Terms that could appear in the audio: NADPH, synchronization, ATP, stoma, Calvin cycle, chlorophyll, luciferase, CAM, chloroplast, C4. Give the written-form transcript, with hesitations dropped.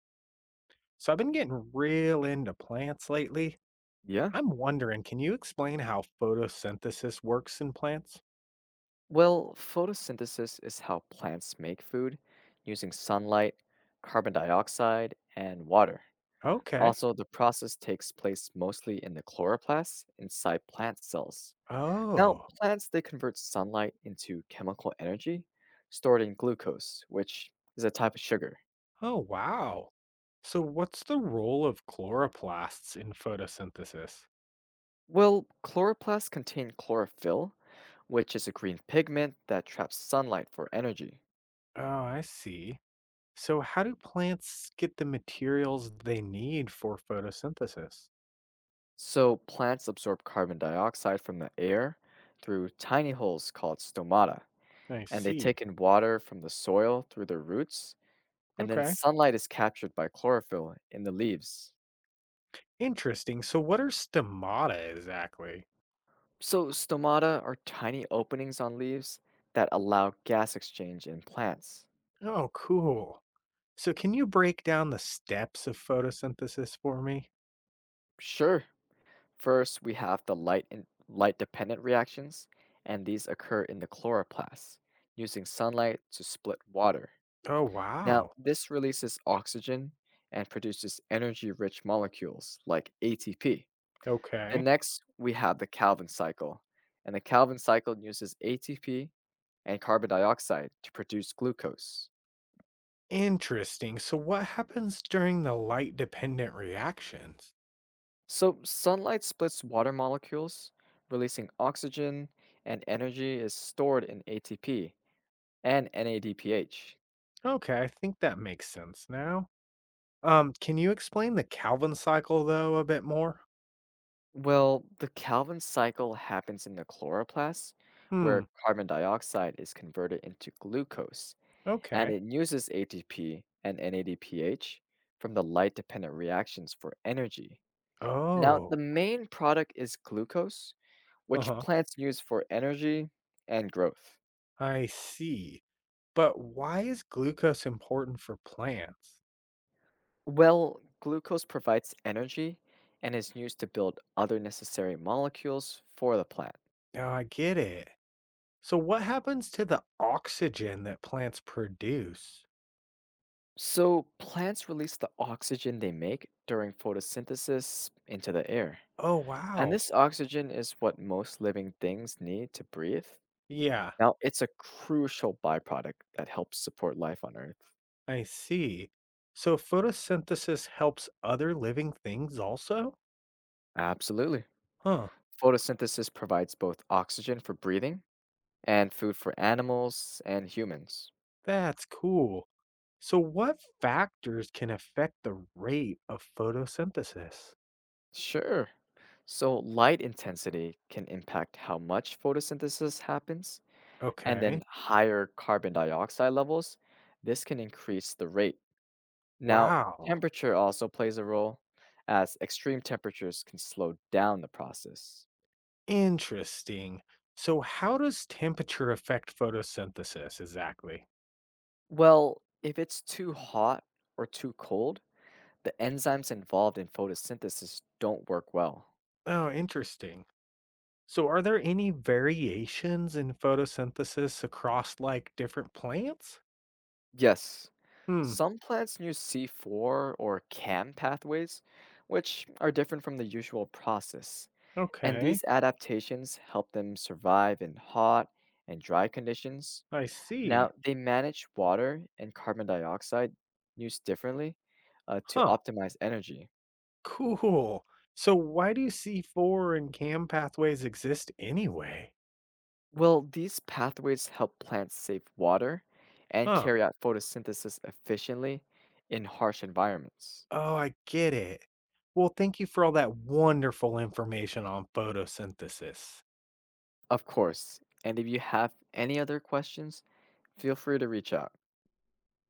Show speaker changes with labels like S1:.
S1: So I've been getting real into plants lately.
S2: Yeah.
S1: I'm wondering, can you explain how photosynthesis works in plants?
S2: Well, photosynthesis is how plants make food using sunlight, carbon dioxide, and water.
S1: Okay.
S2: Also, the process takes place mostly in the chloroplasts inside plant cells. Now,
S1: Oh.
S2: plants they convert sunlight into chemical energy stored in glucose, which is a type of sugar.
S1: Oh, wow. So what's the role of chloroplasts in photosynthesis?
S2: Well, chloroplasts contain chlorophyll, which is a green pigment that traps sunlight for energy.
S1: Oh, I see. So how do plants get the materials they need for photosynthesis?
S2: So plants absorb carbon dioxide from the air through tiny holes called stomata,
S1: I
S2: and they
S1: see.
S2: take in water from the soil through their roots, and then
S1: Okay.
S2: sunlight is captured by chlorophyll in the leaves.
S1: Interesting. So what are stomata exactly?
S2: So stomata are tiny openings on leaves that allow gas exchange in plants.
S1: Oh, cool. So, can you break down the steps of photosynthesis for me?
S2: Sure. First, we have the light dependent reactions, and these occur in the chloroplasts, using sunlight to split water.
S1: Oh,
S2: Now,
S1: wow.
S2: this releases oxygen and produces energy rich molecules like ATP. Then,
S1: Okay.
S2: next, we have the Calvin cycle. And the Calvin cycle uses ATP and carbon dioxide to produce glucose.
S1: Interesting. So, what happens during the light dependent reactions?
S2: So, sunlight splits water molecules, releasing oxygen, and energy is stored in ATP and NADPH.
S1: Okay, I think that makes sense now. Can you explain the Calvin cycle though a bit more?
S2: Well, the Calvin cycle happens in the chloroplast,
S1: Hmm.
S2: where carbon dioxide is converted into glucose and
S1: Okay.
S2: it uses ATP and NADPH from the light dependent reactions for energy. Now,
S1: Oh.
S2: the main product is glucose,
S1: Uh
S2: which
S1: huh.
S2: plants use for energy and growth.
S1: I see. But why is glucose important for plants?
S2: Well, glucose provides energy and is used to build other necessary molecules for the plant.
S1: Now I get it. So, what happens to the oxygen that plants produce?
S2: So, plants release the oxygen they make during photosynthesis into the air.
S1: Oh,
S2: And
S1: wow.
S2: this oxygen is what most living things need to breathe.
S1: Yeah,
S2: Now it's a crucial byproduct that helps support life on Earth.
S1: I see. So photosynthesis helps other living things also?
S2: Absolutely.
S1: Huh,
S2: Photosynthesis provides both oxygen for breathing and food for animals and humans.
S1: that's cool. So, what factors can affect the rate of photosynthesis?
S2: Sure. So, light intensity can impact how much photosynthesis happens, and
S1: Okay.
S2: then higher carbon dioxide levels, this can increase the rate. Now,
S1: Wow.
S2: temperature also plays a role, as extreme temperatures can slow down the process.
S1: Interesting. So, how does temperature affect photosynthesis exactly?
S2: Well, if it's too hot or too cold, the enzymes involved in photosynthesis don't work well.
S1: Oh, interesting. So, are there any variations in photosynthesis across like different plants?
S2: Yes,
S1: Hmm.
S2: some plants use C4 or CAM pathways, which are different from the usual process. And
S1: Okay.
S2: these adaptations help them survive in hot and dry conditions.
S1: I see.
S2: Now, they manage water and carbon dioxide use differently to
S1: Huh.
S2: optimize energy.
S1: Cool. So why do C4 and CAM pathways exist anyway?
S2: Well, these pathways help plants save water and
S1: Huh.
S2: carry out photosynthesis efficiently in harsh environments.
S1: Oh, I get it. Well, thank you for all that wonderful information on photosynthesis.
S2: Of course, and if you have any other questions, feel free to reach out.